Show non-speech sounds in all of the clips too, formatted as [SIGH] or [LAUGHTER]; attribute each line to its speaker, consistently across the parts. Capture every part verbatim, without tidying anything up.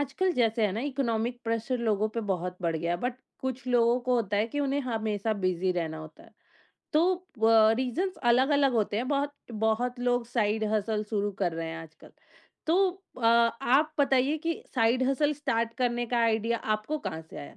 Speaker 1: आजकल जैसे है ना इकोनॉमिक प्रेशर लोगों पे बहुत बढ़ गया बट कुछ लोगों को होता है कि उन्हें हमेशा बिजी रहना होता है। तो रीजंस अलग अलग होते हैं। बहुत बहुत लोग साइड हसल शुरू कर रहे हैं आजकल। तो अ, आप बताइए कि साइड हसल स्टार्ट करने का आइडिया आपको कहाँ से आया?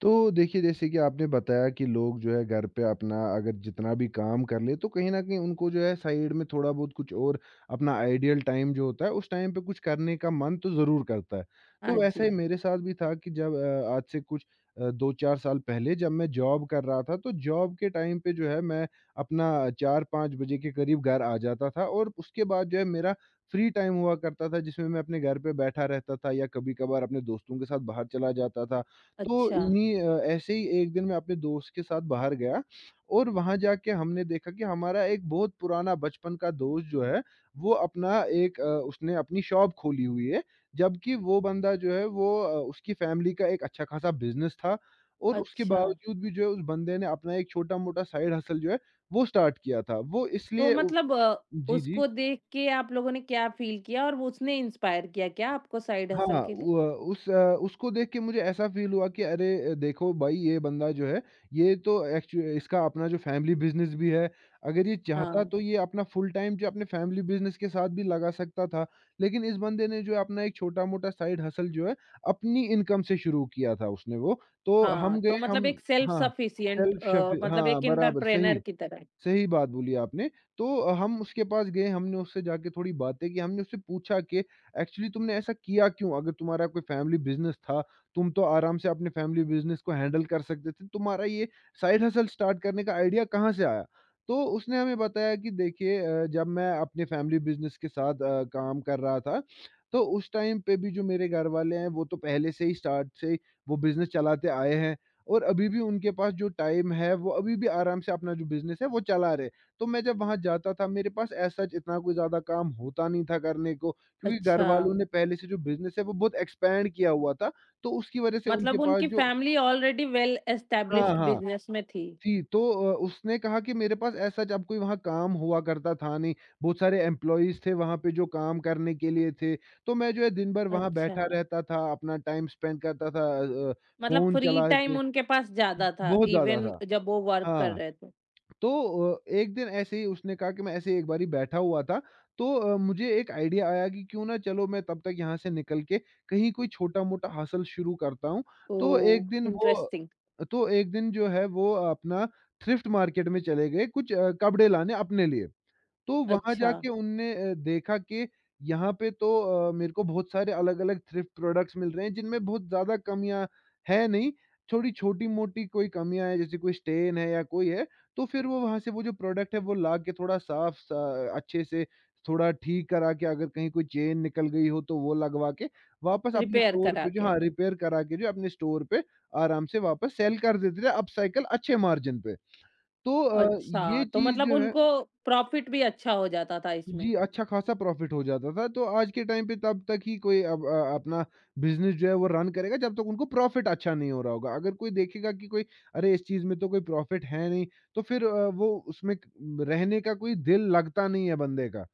Speaker 2: तो देखिए जैसे कि आपने बताया कि लोग जो है घर पे अपना अगर जितना भी काम कर ले तो कहीं ना कहीं उनको जो है साइड में थोड़ा बहुत कुछ और अपना आइडियल टाइम जो होता है उस टाइम पे कुछ करने का मन तो ज़रूर करता है।
Speaker 1: हाँ
Speaker 2: तो ऐसा
Speaker 1: जी।
Speaker 2: ही मेरे साथ भी था कि जब अ, आज से कुछ अ, दो चार साल पहले जब मैं जॉब कर रहा था तो जॉब के टाइम पे जो है मैं अपना चार पाँच बजे के करीब घर आ जाता था, और उसके बाद जो है मेरा फ्री टाइम हुआ करता था जिसमें मैं अपने घर पे बैठा रहता था या कभी कभार अपने दोस्तों के साथ बाहर चला जाता था। तो
Speaker 1: अच्छा।
Speaker 2: इन्हीं अ, ऐसे ही एक दिन मैं अपने दोस्त के साथ बाहर गया, और वहाँ जाके हमने देखा कि हमारा एक बहुत पुराना बचपन का दोस्त जो है, वो अपना एक अ, उसने अपनी शॉप खोली हुई है, जबकि वो बंदा जो है वो अ, उसकी फैमिली का एक अच्छा खासा बिज़नेस था, और उसके
Speaker 1: अच्छा।
Speaker 2: बावजूद भी जो है उस बंदे ने अपना एक छोटा-मोटा साइड हसल जो है, वो स्टार्ट किया था। वो
Speaker 1: तो
Speaker 2: इसलिए उ
Speaker 1: मतलब अ,
Speaker 2: जी, जी।
Speaker 1: उसको देख के आप लोगों ने क्या फील किया और वो उसने इंस्पायर किया क्या आपको साइड
Speaker 2: हाँ,
Speaker 1: हसल के लिए?
Speaker 2: व उस अ, उसको देख के मुझे ऐसा फ़ील हुआ कि अरे अ, देखो भाई, ये बंदा जो है, ये तो एक्चु इसका अपना जो फ़ैमिली बिज़नेस भी है, अगर ये चाहता
Speaker 1: हाँ
Speaker 2: तो ये अपना फुल टाइम जो अपने फ़ैमिली बिज़नेस के साथ भी लगा सकता था। लेकिन इस बंदे ने जो है अपना एक छोटा-मोटा साइड हसल जो है, अपनी इनकम से शुरू किया था उसने वो। तो
Speaker 1: हाँ,
Speaker 2: हम गए
Speaker 1: तो
Speaker 2: हम
Speaker 1: मतलब एक सेल्फ
Speaker 2: हाँ,
Speaker 1: सफिशिएंट
Speaker 2: सेल्फ
Speaker 1: अ,
Speaker 2: शफी,
Speaker 1: मतलब
Speaker 2: हाँ,
Speaker 1: एक
Speaker 2: बराबर
Speaker 1: एंटरप्रेन्योर
Speaker 2: सही।
Speaker 1: की तरह।
Speaker 2: सही बात बोली आपने। तो अ, हम उसके पास गए, हमने उससे जाके थोड़ी बातें की, हमने उससे पूछा कि एक्चुअली तुमने ऐसा किया क्यों? अगर तुम्हारा कोई फैमिली बिज़नेस था, तुम तो आराम से अपने फैमिली बिज़नेस को हैंडल कर सकते थे, तुम्हारा ये साइड हसल स्टार्ट करने का आइडिया कहाँ से आया? तो उसने हमें बताया कि देखिए अ, जब मैं अपने फैमिली बिज़नेस के साथ अ, काम कर रहा था, तो उस टाइम पे भी जो मेरे घर वाले हैं, वो तो पहले से ही, स्टार्ट से ही वो बिज़नेस चलाते आए हैं। और अभी भी उनके पास जो टाइम है, वो अभी भी आराम से अपना जो बिज़नेस है, वो चला रहे। तो मैं जब वहाँ जाता था, मेरे पास एज़ सच इतना कोई ज़्यादा काम होता नहीं था करने को, क्योंकि घर
Speaker 1: अच्छा,
Speaker 2: वालों ने पहले से जो बिज़नेस है, वो बहुत एक्सपैंड किया हुआ था। तो उसकी वज़ह से उनके
Speaker 1: मतलब
Speaker 2: पास
Speaker 1: उनकी
Speaker 2: जो
Speaker 1: फैमिली ऑलरेडी वेल
Speaker 2: हाँ,
Speaker 1: एस्टैब्लिश्ड
Speaker 2: हाँ।
Speaker 1: बिज़नेस में थी।
Speaker 2: जी, तो अ, उसने कहा कि मेरे पास एज़ सच अब कोई वहाँ काम हुआ करता था नहीं। बहुत सारे एम्प्लॉइज़ थे वहाँ पे जो काम करने के लिए थे। तो मैं जो है दिन भर वहाँ
Speaker 1: अच्छा,
Speaker 2: बैठा रहता था, अपना टाइम स्पेंड करता था अ अ,
Speaker 1: मतलब
Speaker 2: फ़ोन
Speaker 1: फ्री
Speaker 2: चला
Speaker 1: टाइम
Speaker 2: के।
Speaker 1: उनके पास ज़्यादा था,
Speaker 2: बहुत ज़्यादा
Speaker 1: इवन
Speaker 2: था।
Speaker 1: जब वो वर्क कर
Speaker 2: हाँ।
Speaker 1: रहे थे।
Speaker 2: तो अ, एक दिन ऐसे ही उसने कहा कि मैं ऐसे ही एक बारी बैठा हुआ था, तो अ, मुझे एक आइडिया आया कि क्यों ना चलो मैं तब तक यहाँ से निकल के कहीं कोई छोटा-मोटा हसल शुरू करता हूँ। तो
Speaker 1: ओह!
Speaker 2: एक दिन वो
Speaker 1: इंटरेस्टिंग।
Speaker 2: तो एक दिन जो है वो अपना थ्रिफ्ट मार्केट में चले गए कुछ अ, कपड़े लाने अपने लिए। तो वहाँ
Speaker 1: अच्छा,
Speaker 2: जाके उनने अ, देखा कि यहाँ पे तो अ, मेरे को बहुत सारे अलग-अलग थ्रिफ्ट प्रोडक्ट्स मिल रहे हैं जिनमें बहुत ज़्यादा कमियाँ है नहीं, थोड़ी छोटी-मोटी कोई कमियाँ हैं जैसे कोई स्टेन है या कोई है, तो फिर वो वहाँ से वो जो प्रोडक्ट है वो ला के थोड़ा साफ स अच्छे से थोड़ा ठीक करा के, अगर कहीं कोई चेन निकल गई हो तो वो लगवा के वापस अपने
Speaker 1: रिपेयर
Speaker 2: स्टोर
Speaker 1: करा
Speaker 2: पे जो
Speaker 1: के।
Speaker 2: हाँ, रिपेयर करा के जो अपने स्टोर पे आराम से वापस सेल कर देते थे अपसाइकल अच्छे मार्जिन पे। तो अ, ये
Speaker 1: अच्छा, तो
Speaker 2: चीज़
Speaker 1: मतलब
Speaker 2: जो है,
Speaker 1: उनको प्रॉफिट भी अच्छा हो जाता था
Speaker 2: जी,
Speaker 1: इसमें।
Speaker 2: अच्छा ख़ासा प्रॉफ़िट हो जाता था, तो आज के टाइम पे तब तक ही कोई अब अ, अपना बिज़नेस जो है वो रन करेगा जब तक उनको प्रॉफ़िट अच्छा नहीं हो रहा होगा। अगर कोई देखेगा कि कोई, अरे! इस चीज़ में तो कोई प्रॉफ़िट है नहीं, तो फिर अ, वो उसमें क रहने का कोई दिल लगता नहीं है बंदे का।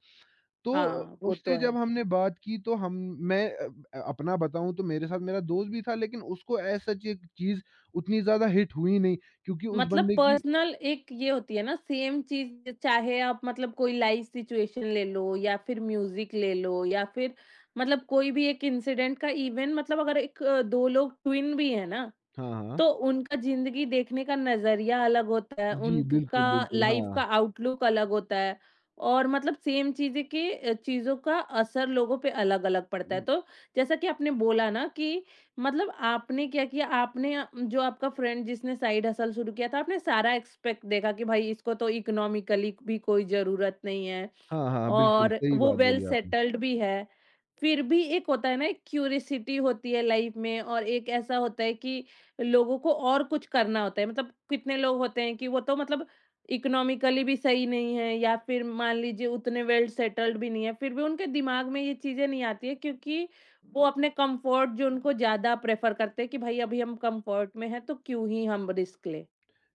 Speaker 2: तो अ,
Speaker 1: हाँ, वो तो
Speaker 2: उससे जब
Speaker 1: है।
Speaker 2: हमने बात की, तो हम मैं अ, अ, अपना बताऊँ तो मेरे साथ मेरा दोस्त भी था, लेकिन उसको ऐसा ची चीज़ उतनी ज़्यादा हिट हुई नहीं, क्योंकि उस
Speaker 1: मतलब
Speaker 2: बंदे की।
Speaker 1: पर्सनल एक ये होती है ना सेम चीज चाहे आप मतलब कोई लाइव सिचुएशन ले लो या फिर म्यूजिक ले लो या फिर मतलब कोई भी एक इंसिडेंट का इवन मतलब अगर एक अ, दो लोग ट्विन भी है ना
Speaker 2: हाँ, हाँ।
Speaker 1: तो उनका ज़िंदगी देखने का नज़रिया अलग होता है,
Speaker 2: जी,
Speaker 1: उनका
Speaker 2: बिल्कुल, बिल्कुल,
Speaker 1: लाइफ़ का
Speaker 2: हाँ।
Speaker 1: आउटलुक अलग होता है। और मतलब सेम चीज़ें के अ, चीज़ों का असर लोगों पे अलग-अलग पड़ता है। तो जैसा कि आपने बोला ना कि मतलब आपने क्या किया, आपने अ, जो आपका फ्रेंड जिसने साइड हसल शुरू किया था, आपने सारा एस्पेक्ट देखा कि भाई इसको तो इकोनॉमिकली भी कोई ज़रूरत नहीं है।
Speaker 2: हाँ, हाँ, हाँ, बिल्कुल
Speaker 1: और
Speaker 2: सही
Speaker 1: वो
Speaker 2: बात
Speaker 1: वेल
Speaker 2: बोली आपने।
Speaker 1: सेटल्ड भी है। फिर भी एक होता है ना, एक क्यूरियोसिटी होती है लाइफ में और एक ऐसा होता है कि लोगों को और कुछ करना होता है। मतलब कितने लोग होते हैं कि वो तो मतलब इकोनॉमिकली भी सही नहीं है या फिर मान लीजिए उतने वेल सेटल्ड भी नहीं है। फिर भी उनके दिमाग में ये चीज़ें नहीं आती है क्योंकि वो अपने कम्फर्ट ज़ोन को ज़्यादा प्रेफ़र करते हैं कि भाई अभी हम कम्फर्ट में हैं तो क्यों ही हम रिस्क लें।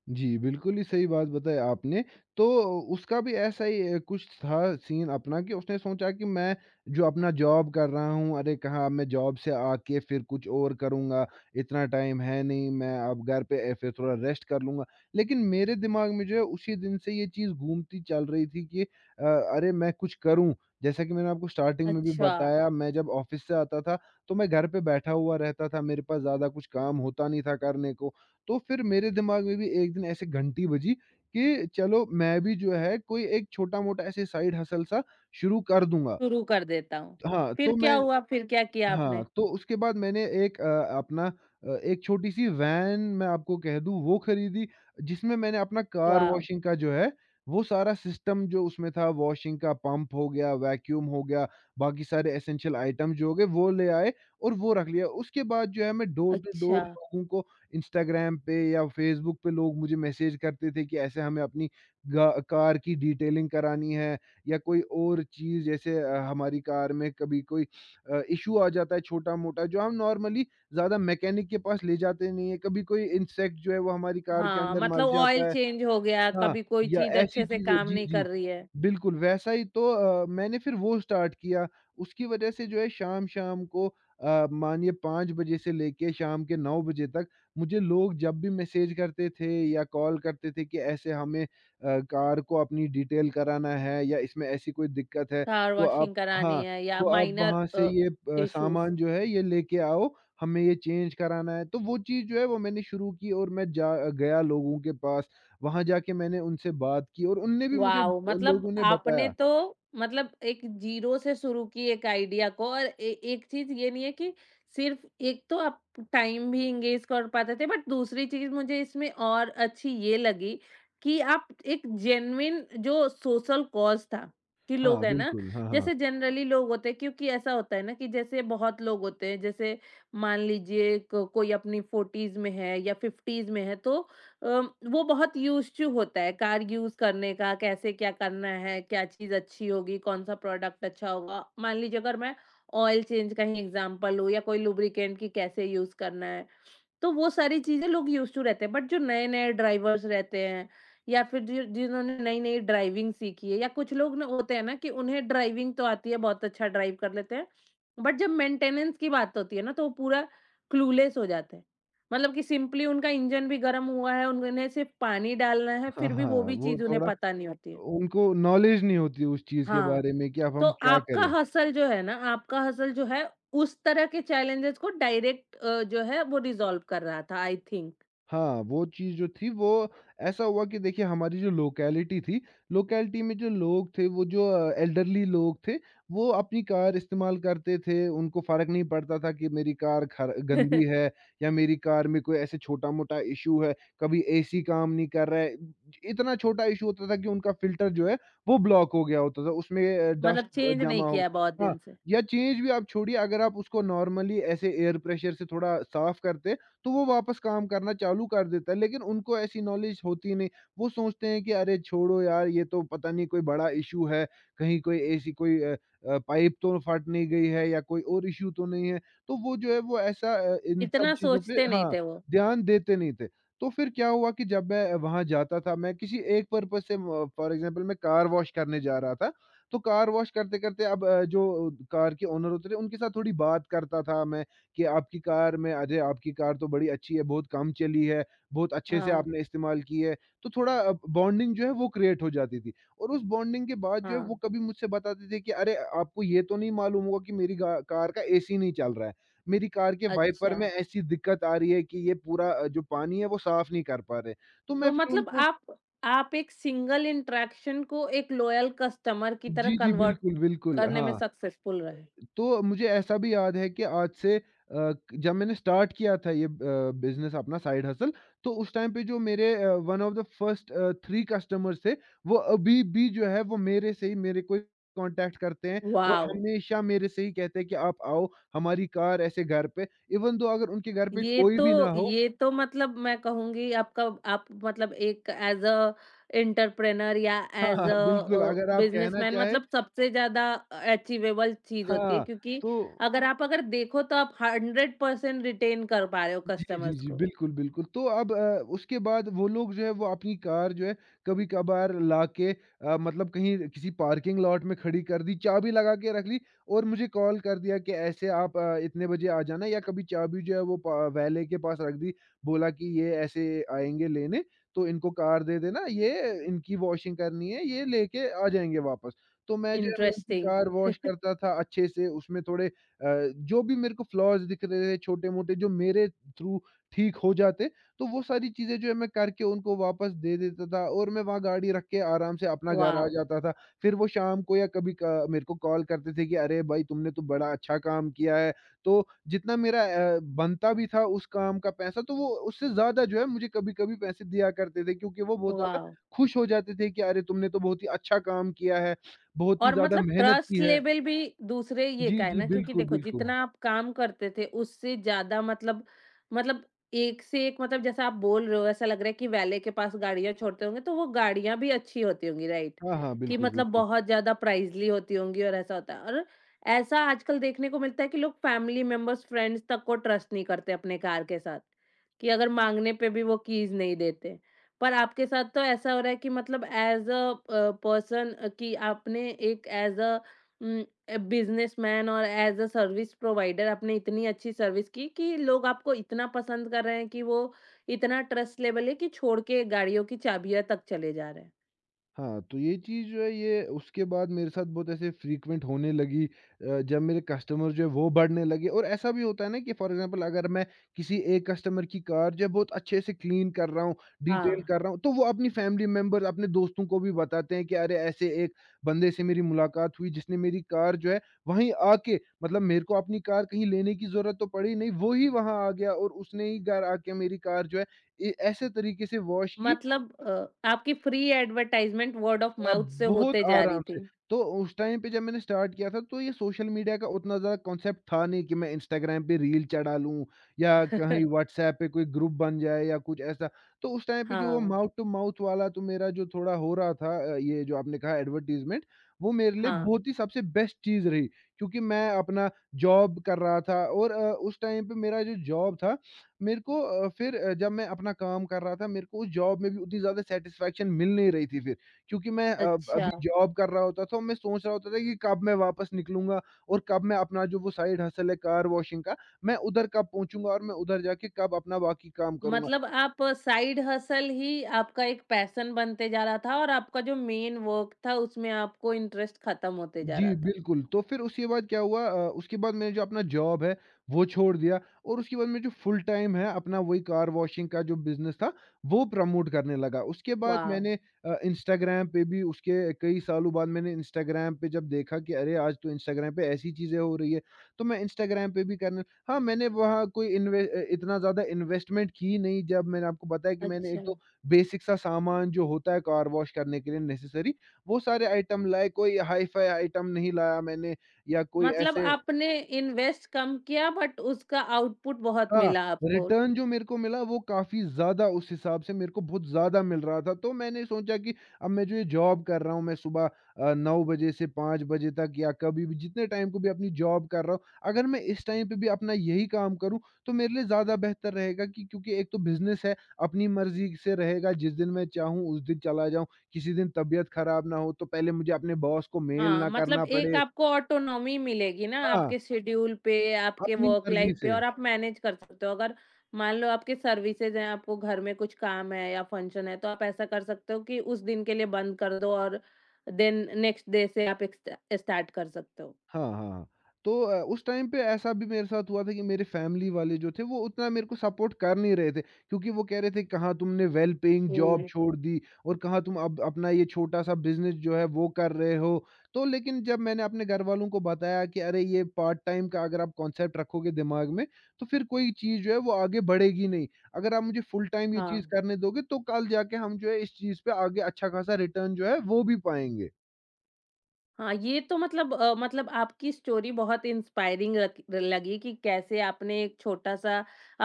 Speaker 2: जी, बिल्कुल ही सही बात बताई आपने। तो उसका भी ऐसा ही अ, कुछ था सीन अपना, कि उसने सोचा कि मैं जो अपना जॉब कर रहा हूँ, अरे कहाँ मैं जॉब से आके फिर कुछ और करूँगा, इतना टाइम है नहीं, मैं अब घर पे ए, फिर थोड़ा रेस्ट कर लूँगा। लेकिन मेरे दिमाग में जो है उसी दिन से ये चीज़ घूमती चल रही थी कि अ, अरे मैं कुछ करूँ। जैसा कि मैंने आपको स्टार्टिंग में भी
Speaker 1: अच्छा,
Speaker 2: बताया, मैं जब ऑफ़िस से आता था, तो मैं घर पे बैठा हुआ रहता था, मेरे पास ज़्यादा कुछ काम होता नहीं था करने को। तो फिर मेरे दिमाग में भी एक दिन ऐसे घंटी बजी कि चलो मैं भी जो है कोई एक छोटा-मोटा ऐसे साइड हसल सा शुरू कर दूँगा।
Speaker 1: शुरू कर देता हूँ।
Speaker 2: हाँ।
Speaker 1: फिर
Speaker 2: तो
Speaker 1: क्या
Speaker 2: मैं
Speaker 1: हुआ? फिर क्या किया
Speaker 2: हाँ,
Speaker 1: आपने?
Speaker 2: तो उसके बाद मैंने एक अ, अपना अ, एक छोटी-सी वैन, मैं आपको कह दूँ, वो खरीदी, जिसमें मैंने अपना कार
Speaker 1: वाह!
Speaker 2: वॉशिंग का जो है, वो सारा सिस्टम जो उसमें था, वॉशिंग का पंप हो गया, वैक्यूम हो गया, बाकी सारे एसेंशियल आइटम जो हो गए वो ले आए और वो रख लिया। उसके बाद जो है मैं डोर टू
Speaker 1: अच्छा,
Speaker 2: डोर लोगों को, इंस्टाग्राम पे या फेसबुक पे लोग मुझे मैसेज करते थे कि ऐसे हमें अपनी गा कार की डिटेलिंग करानी है, या कोई और चीज़ जैसे अ, हमारी कार में कभी कोई अ, इश्यू आ जाता है छोटा-मोटा जो हम नॉर्मली ज़्यादा मैकेनिक के पास ले जाते नहीं है। कभी कोई इंसेक्ट जो है वो हमारी कार के
Speaker 1: हाँ,
Speaker 2: अंदर मर
Speaker 1: मतलब
Speaker 2: जाता
Speaker 1: ऑयल
Speaker 2: है।
Speaker 1: चेंज हो गया,
Speaker 2: हाँ,
Speaker 1: कभी कोई
Speaker 2: या
Speaker 1: चीज़
Speaker 2: ऐसी
Speaker 1: अच्छे से
Speaker 2: चीज़ें।
Speaker 1: काम
Speaker 2: जी,
Speaker 1: नहीं
Speaker 2: जी।
Speaker 1: कर रही है,
Speaker 2: बिल्कुल, वैसा ही, तो अ, मैंने फिर वो स्टार्ट किया, उसकी वज़ह से जो है शाम-शाम को अ, मानिए पाँच बजे से लेके शाम के नौ बजे तक मुझे लोग जब भी मैसेज करते थे या कॉल करते थे कि ऐसे हमें अ, कार को अपनी डिटेल कराना है या इसमें ऐसी कोई दिक्कत है,
Speaker 1: कार
Speaker 2: तो आप।
Speaker 1: वॉशिंग करानी
Speaker 2: हाँ,
Speaker 1: है या
Speaker 2: तो आप
Speaker 1: माइनर
Speaker 2: वहाँ से
Speaker 1: अ,
Speaker 2: ये अ,
Speaker 1: इश्यूज़।
Speaker 2: सामान जो है ये लेके आओ, हमें ये चेंज कराना है। तो वो चीज़ जो है वो मैंने शुरू की, और मैं जा गया लोगों के पास, वहाँ जाके मैंने उनसे बात की और उनने भी मुझे अ,
Speaker 1: वाओ! मतलब
Speaker 2: लोगों ने
Speaker 1: आपने
Speaker 2: बताया।
Speaker 1: तो मतलब एक जीरो से शुरू की एक आइडिया को और ए एक चीज़ ये नहीं है कि सिर्फ़ एक तो आप टाइम भी एंगेज कर पाते थे बट दूसरी चीज़ मुझे इसमें और अच्छी ये लगी कि आप एक जेन्युइन जो सोशल कॉज़ था कि लोग
Speaker 2: हाँ,
Speaker 1: हैं ना,
Speaker 2: बिल्कुल, हाँ, हाँ।
Speaker 1: जैसे जनरली लोग होते हैं क्योंकि ऐसा होता है ना कि जैसे बहुत लोग होते हैं, जैसे मान लीजिए क कोई अपनी फ़ोर्टीज़ में है या फ़िफ़्टीज़ में है तो अम, वो बहुत यूज्ड टू होता है कार यूज करने का कैसे क्या करना है क्या चीज अच्छी होगी कौन सा प्रोडक्ट अच्छा होगा मान लीजिए अगर मैं ऑयल चेंज का ही एग्जांपल लूँ या कोई लुब्रिकेंट की कैसे यूज करना है। तो वो सारी चीज़ें लोग यूज़ टू रहते हैं, बट जो नए-नए ड्राइवर्स रहते हैं या फिर जि जिन्होंने नई-नई ड्राइविंग सीखी है या कुछ लोग ना होते हैं ना कि उन्हें ड्राइविंग तो आती है, बहुत अच्छा ड्राइव कर लेते हैं, बट जब मेंटेनेंस की बात होती है ना तो वो पूरा क्लूलेस हो जाते हैं। मतलब कि सिंपली उनका इंजन भी गर्म हुआ है, उन्हें सिर्फ़ पानी डालना है,
Speaker 2: हाँ,
Speaker 1: फिर भी वो
Speaker 2: हाँ,
Speaker 1: भी
Speaker 2: वो
Speaker 1: चीज़ उन्हें
Speaker 2: थोड़ा
Speaker 1: पता नहीं होती है।
Speaker 2: उनको नॉलेज नहीं होती उस चीज़ के
Speaker 1: हाँ,
Speaker 2: बारे में कि अब
Speaker 1: तो
Speaker 2: हम क्या
Speaker 1: आपका
Speaker 2: करें।
Speaker 1: हसल जो है ना, आपका हसल जो है उस तरह के चैलेंजेस को डायरेक्ट अ, जो है वो रिज़ॉल्व कर रहा था आई थिंक।
Speaker 2: हाँ, वो चीज़ जो थी वो ऐसा हुआ कि देखिए हमारी जो लोकेलिटी थी, लोकेलिटी में जो लोग थे वो जो अ, एल्डरली लोग थे, वो अपनी कार इस्तेमाल करते थे। उनको फ़र्क नहीं पड़ता था कि मेरी कार खर गंदी
Speaker 1: [LAUGHS]
Speaker 2: है या मेरी कार में कोई ऐसे छोटा-मोटा इश्यू है, कभी एसी काम नहीं कर रहा है। इतना छोटा इश्यू होता था कि उनका फ़िल्टर जो है वो ब्लॉक हो गया होता था, उसमें अ, डस्ट
Speaker 1: मतलब
Speaker 2: अ,
Speaker 1: चेंज नहीं
Speaker 2: जमा हो।
Speaker 1: किया बहुत
Speaker 2: हाँ,
Speaker 1: दिन से।
Speaker 2: या चेंज भी आप छोड़िए, अगर आप उसको नॉर्मली ऐसे एयर प्रेशर से थोड़ा साफ़ करते, तो वो वापस काम करना चालू कर देता है, लेकिन उनको ऐसी नॉलेज होती नहीं। वो सोचते हैं कि अरे छोड़ो यार, ये तो पता नहीं कोई बड़ा इश्यू है, कहीं कोई ऐसी कोई अ अ, पाइप तो फट नहीं गई है या कोई और इश्यू तो नहीं है। तो वो जो है वो ऐसा अ, इन सब
Speaker 1: इतना
Speaker 2: चीज़ों पे,
Speaker 1: सोचते नहीं
Speaker 2: हाँ,
Speaker 1: थे वो।
Speaker 2: ध्यान देते नहीं थे। तो फिर क्या हुआ कि जब मैं वहाँ जाता था, मैं किसी एक पर्पज़ से म फॉर एग्ज़ाम्पल मैं कार वॉश करने जा रहा था, तो कार वॉश करते-करते अब अ, जो कार के ओनर होते थे, उनके साथ थोड़ी बात करता था मैं। कि आपकी कार में, अरे! आपकी कार तो बड़ी अच्छी है, बहुत कम चली है, बहुत अच्छे से
Speaker 1: हाँ,
Speaker 2: आपने इस्तेमाल की है। तो थोड़ा अ, बॉन्डिंग जो है वो क्रिएट हो जाती थी, और उस बॉन्डिंग के बाद जो है वो
Speaker 1: हाँ।
Speaker 2: कभी मुझसे बताते थे कि अरे! आपको ये तो नहीं मालूम होगा कि मेरी गा कार का एसी नहीं चल रहा है। मेरी कार के वाइपर
Speaker 1: अच्छा,
Speaker 2: में ऐसी दिक्कत आ रही है कि ये पूरा अ, जो पानी है वो साफ नहीं कर पा रहे। तो
Speaker 1: तो
Speaker 2: मैं फिर
Speaker 1: मतलब
Speaker 2: उनको
Speaker 1: आप आप एक सिंगल इंटरैक्शन को एक लॉयल कस्टमर की तरह
Speaker 2: जी, जी,
Speaker 1: कन्वर्ट
Speaker 2: बिल्कुल, बिल्कुल।
Speaker 1: करने में
Speaker 2: हाँ।
Speaker 1: सक्सेसफुल रहे।
Speaker 2: तो मुझे ऐसा भी याद है कि आज से अ, क- जब मैंने स्टार्ट किया था ये अ, बिज़नेस अपना साइड हसल। तो उस टाइम पे जो मेरे one of the first uh, तीन कस्टमर्स थे, वो अभी भी जो है वो मेरे से ही मेरे को ही कॉन्टैक्ट करते हैं और
Speaker 1: वॉव!
Speaker 2: हमेशा मेरे से ही कहते हैं कि आप आओ हमारी कार ऐसे घर पे। इवन दो अगर उनके घर पे
Speaker 1: ये
Speaker 2: कोई
Speaker 1: तो
Speaker 2: भी ना हो
Speaker 1: ये तो मतलब मैं कहूँगी आपका आप मतलब एक एज़ अ एंटरप्रेन्योर या
Speaker 2: [LAUGHS] हाँ,
Speaker 1: एज़
Speaker 2: हाँ,
Speaker 1: अ
Speaker 2: बिल्कुल
Speaker 1: अ,
Speaker 2: अगर आप कहना
Speaker 1: बिज़नेसमैन
Speaker 2: चाहे।
Speaker 1: मतलब सबसे ज़्यादा अचीवेबल चीज़ होती है
Speaker 2: हाँ,
Speaker 1: क्योंकि
Speaker 2: तो
Speaker 1: अगर आप अगर देखो तो आप हंड्रेड परसेंट रिटेन कर पा रहे हो
Speaker 2: जी, जी,
Speaker 1: कस्टमर्स
Speaker 2: जी।
Speaker 1: को।
Speaker 2: बिल्कुल, बिल्कुल। तो अब अ, उसके बाद वो लोग जो है वो अपनी कार जो है कभी-कभार लाके अ, मतलब कहीं किसी पार्किंग लॉट में खड़ी कर दी, चाबी लगा के रख ली और मुझे कॉल कर दिया कि ऐसे आप अ, इतने बजे आ जाना, या कभी चाबी जो है वो प वैले के पास रख दी, बोला कि ये ऐसे आएँगे लेने, तो इनको कार दे देना, ये इनकी वॉशिंग करनी है, ये लेके आ जाएँगे वापस। तो मैं जो है मैं उनकी
Speaker 1: इंटरेस्टिंग।
Speaker 2: कार वॉश करता था अच्छे से, उसमें थोड़े अ, जो भी मेरे को फ्लॉज़ दिख रहे हैं छोटे-मोटे जो मेरे थ्रू ठीक हो जाते, तो वो सारी चीज़ें जो है मैं करके उनको वापस दे देता था और मैं वहाँ गाड़ी रख के आराम से अपना घर आ
Speaker 1: वॉव!
Speaker 2: जाता था। फिर वो शाम को या कभी क मेरे को कॉल करते थे कि अरे भाई तुमने तो बड़ा अच्छा काम किया है। तो जितना मेरा अ, बनता भी था उस काम का पैसा, तो वो उससे ज़्यादा जो है मुझे कभी-कभी पैसे दिया करते थे क्योंकि वो बहुत ज़्यादा
Speaker 1: वॉव!
Speaker 2: खुश हो जाते थे कि अरे तुमने तो बहुत ही अच्छा काम किया है, बहुत ही
Speaker 1: और
Speaker 2: ज़्यादा
Speaker 1: मतलब
Speaker 2: मेहनत की
Speaker 1: ट्रस्ट
Speaker 2: है।
Speaker 1: लेवल भी दूसरे ये
Speaker 2: जी,
Speaker 1: का है
Speaker 2: जी,
Speaker 1: ना क्योंकि
Speaker 2: बिल्कुल,
Speaker 1: देखो
Speaker 2: बिल्कुल।
Speaker 1: जितना आप काम करते थे उससे ज्यादा मतलब मतलब एक से एक मतलब जैसा आप बोल रहे हो ऐसा लग रहा है कि वैले के पास गाड़ियां छोड़ते होंगे तो वो गाड़ियां भी अच्छी होती होंगी, राइट?
Speaker 2: हाँ, हाँ,
Speaker 1: कि
Speaker 2: बिल्कुल,
Speaker 1: मतलब
Speaker 2: बिल्कुल।
Speaker 1: बहुत ज्यादा प्राइजली होती होंगी और ऐसा होता है और ऐसा आजकल देखने को मिलता है कि लोग फैमिली मेंबर्स फ्रेंड्स तक को ट्रस्ट नहीं करते अपने कार के साथ कि अगर मांगने पे भी वो कीज नहीं देते। पर आपके साथ तो ऐसा हो रहा है कि मतलब एज अ पर्सन कि आपने एक एज अ बिजनेसमैन और एज अ सर्विस प्रोवाइडर आपने इतनी अच्छी सर्विस की कि लोग आपको इतना पसंद कर रहे हैं कि वो इतना ट्रस्ट लेवल है कि छोड़ के गाड़ियों की चाबियां तक चले जा रहे हैं।
Speaker 2: हाँ, तो ये चीज़ जो है ये उसके बाद मेरे साथ बहुत ऐसे फ्रीक्वेंट होने लगी अ, जब मेरे कस्टमर जो है वो बढ़ने लगे। और ऐसा भी होता है ना कि फ़ॉर एग्ज़ाम्पल अगर मैं किसी एक कस्टमर की कार जो है बहुत अच्छे से क्लीन कर रहा हूँ, डिटेल
Speaker 1: हाँ,
Speaker 2: कर रहा हूँ, तो वो अपनी फैमिली मेंबर्स, अपने दोस्तों को भी बताते हैं कि अरे ऐसे एक बंदे से मेरी मुलाकात हुई जिसने मेरी कार जो है वहीं आके, मतलब मेरे को अपनी कार कहीं लेने की ज़रूरत तो पड़ी नहीं, वो ही वहाँ आ गया और उसने ही घर आके मेरी कार जो है ए ऐसे तरीके से वॉश की
Speaker 1: मतलब अ, आपकी free advertisement word of
Speaker 2: uh,
Speaker 1: mouth से
Speaker 2: बहुत
Speaker 1: होते जा रही
Speaker 2: आराम से।
Speaker 1: थी।
Speaker 2: तो उस टाइम पे जब मैंने स्टार्ट किया था तो ये सोशल मीडिया का उतना ज़्यादा कॉन्सेप्ट था नहीं कि मैं इंस्टाग्राम पे रील चढ़ा लूँ या कहीं
Speaker 1: [LAUGHS]
Speaker 2: व्हाट्सऐप पे कोई ग्रुप बन जाए या कुछ ऐसा। तो उस टाइम पे जो
Speaker 1: हाँ।
Speaker 2: माउथ टू माउथ वाला तो मेरा जो थोड़ा हो रहा था, अ, ये जो आपने कहा एडवर्टाइज़मेंट, वो मेरे लिए
Speaker 1: हाँ।
Speaker 2: बहुत ही सबसे बेस्ट चीज़ रही। क्योंकि मैं अपना जॉब कर रहा था और अ, उस टाइम पे मेरा जो जॉब था, मेरे को अ, फिर अ, जब मैं अपना काम कर रहा था मेरे को उस जॉब में भी उतनी ज़्यादा सैटिस्फैक्शन मिल नहीं रही थी फिर। क्योंकि मैं अ,
Speaker 1: अच्छा,
Speaker 2: अभी जॉब कर रहा होता था और मैं सोच रहा होता था कि कब मैं वापस निकलूँगा और कब मैं अपना जो वो साइड हसल है कार वॉशिंग का, मैं उधर कब पहुँचूँगा और मैं उधर जाके कब अपना बाकी काम करूँगा।
Speaker 1: मतलब आप साइड हसल ही आपका एक पैशन बनते जा रहा था और आपका जो मेन वर्क था उसमें आपको इंटरेस्ट खत्म होते जा
Speaker 2: जी,
Speaker 1: रहा था।
Speaker 2: बिल्कुल। तो फिर उसके बाद क्या हुआ, अ, उसके बाद मैंने जो अपना जॉब है, वो छोड़ दिया और उसके बाद मैं जो फुल टाइम है, अपना वही कार वॉशिंग का जो बिज़नेस था, वो प्रमोट करने लगा। उसके बाद
Speaker 1: वाह!
Speaker 2: मैंने अ, इंस्टाग्राम पे भी उसके कई सालों बाद, मैंने इंस्टाग्राम पे जब देखा कि अरे! आज तो इंस्टाग्राम पे ऐसी चीज़ें हो रही है, तो मैं इंस्टाग्राम पे भी करने। हाँ, मैंने वहाँ कोई इन्वे अ, इतना ज़्यादा इन्वेस्टमेंट की नहीं, जब मैंने आपको बताया कि मैंने
Speaker 1: अच्छा,
Speaker 2: एक तो बेसिक सा सामान जो होता है कार वॉश करने के लिए नेसेसरी, वो सारे आइटम लाए, कोई हाई-फाई आइटम नहीं लाया मैंने या कोई
Speaker 1: मतलब
Speaker 2: ऐसे।
Speaker 1: आपने इन्वेस्ट कम किया बट उसका आउटपुट बहुत
Speaker 2: हाँ,
Speaker 1: मिला आपको।
Speaker 2: रिटर्न जो मेरे को मिला वो काफ़ी ज़्यादा, उस हिसाब से मेरे को बहुत ज़्यादा मिल रहा था। तो मैंने सोचा कि अब मैं जो ये जॉब कर रहा हूँ, मैं सुबह अ, नौ बजे से पाँच बजे तक या कभी भी जितने टाइम को भी अपनी जॉब कर रहा हूँ, अगर मैं इस टाइम पे भी अपना यही काम करूँ, तो मेरे लिए ज़्यादा बेहतर रहेगा। कि क्योंकि एक तो बिज़नेस है, अपनी मर्ज़ी से रहेगा, जिस दिन मैं चाहूँ उस दिन चला जाऊँ, किसी दिन तबीयत ख़राब ना हो, तो पहले मुझे अपने बॉस को मेल
Speaker 1: हाँ,
Speaker 2: ना
Speaker 1: मतलब
Speaker 2: करना
Speaker 1: एक
Speaker 2: पड़े।
Speaker 1: आपको ऑटोनॉमी मिलेगी ना
Speaker 2: हाँ,
Speaker 1: आपके शेड्यूल पे, आपके
Speaker 2: अपनी
Speaker 1: वर्क
Speaker 2: मर्ज़ी
Speaker 1: लाइफ पे
Speaker 2: से।
Speaker 1: और आप मैनेज कर सकते हो। अगर मान लो आपके सर्विसेज़ हैं, आपको घर में कुछ काम है या फंक्शन है, तो आप ऐसा कर सकते हो कि उस दिन के लिए बंद कर दो और देन नेक्स्ट डे से आप एक स्टा स्टार्ट कर सकते हो।
Speaker 2: हाँ, हाँ। हाँ। तो अ, उस टाइम पे ऐसा भी मेरे साथ हुआ था कि मेरे फैमिली वाले जो थे वो उतना मेरे को सपोर्ट कर नहीं रहे थे, क्योंकि वो कह रहे थे कहाँ तुमने वेल पेइंग जॉब
Speaker 1: ओह!
Speaker 2: छोड़ दी और कहाँ तुम अब अपना ये छोटा-सा बिज़नेस जो है वो कर रहे हो। तो लेकिन जब मैंने अपने घरवालों को बताया कि अरे ये पार्ट टाइम का अगर आप कॉन्सेप्ट रखोगे दिमाग में, तो फिर कोई चीज़ जो है वो आगे बढ़ेगी नहीं। अगर आप मुझे फुल टाइम ये चीज़
Speaker 1: हाँ।
Speaker 2: करने दोगे तो कल जाके हम जो है इस चीज़ पे आगे अच्छा-खासा रिटर्न जो है वो भी पाएँगे।
Speaker 1: हाँ, ये तो मतलब अ, मतलब आपकी स्टोरी बहुत इंस्पायरिंग लग- लगी कि कैसे आपने एक छोटा सा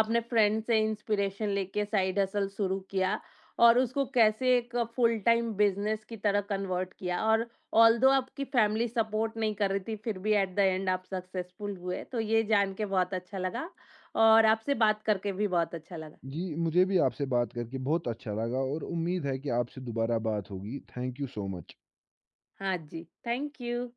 Speaker 1: अपने फ्रेंड से इंस्पिरेशन लेके साइड हसल शुरू किया और उसको कैसे एक फुल टाइम बिजनेस की तरह कन्वर्ट किया और ऑल्दो आपकी फैमिली सपोर्ट नहीं कर रही थी फिर भी एट द एंड आप सक्सेसफुल हुए तो ये जान के बहुत अच्छा लगा और आपसे बात करके भी बहुत अच्छा लगा।
Speaker 2: जी, मुझे भी आपसे बात करके बहुत अच्छा लगा और उम्मीद है कि आपसे दोबारा बात होगी। Thank you so much.
Speaker 1: हाँ जी, थैंक यू।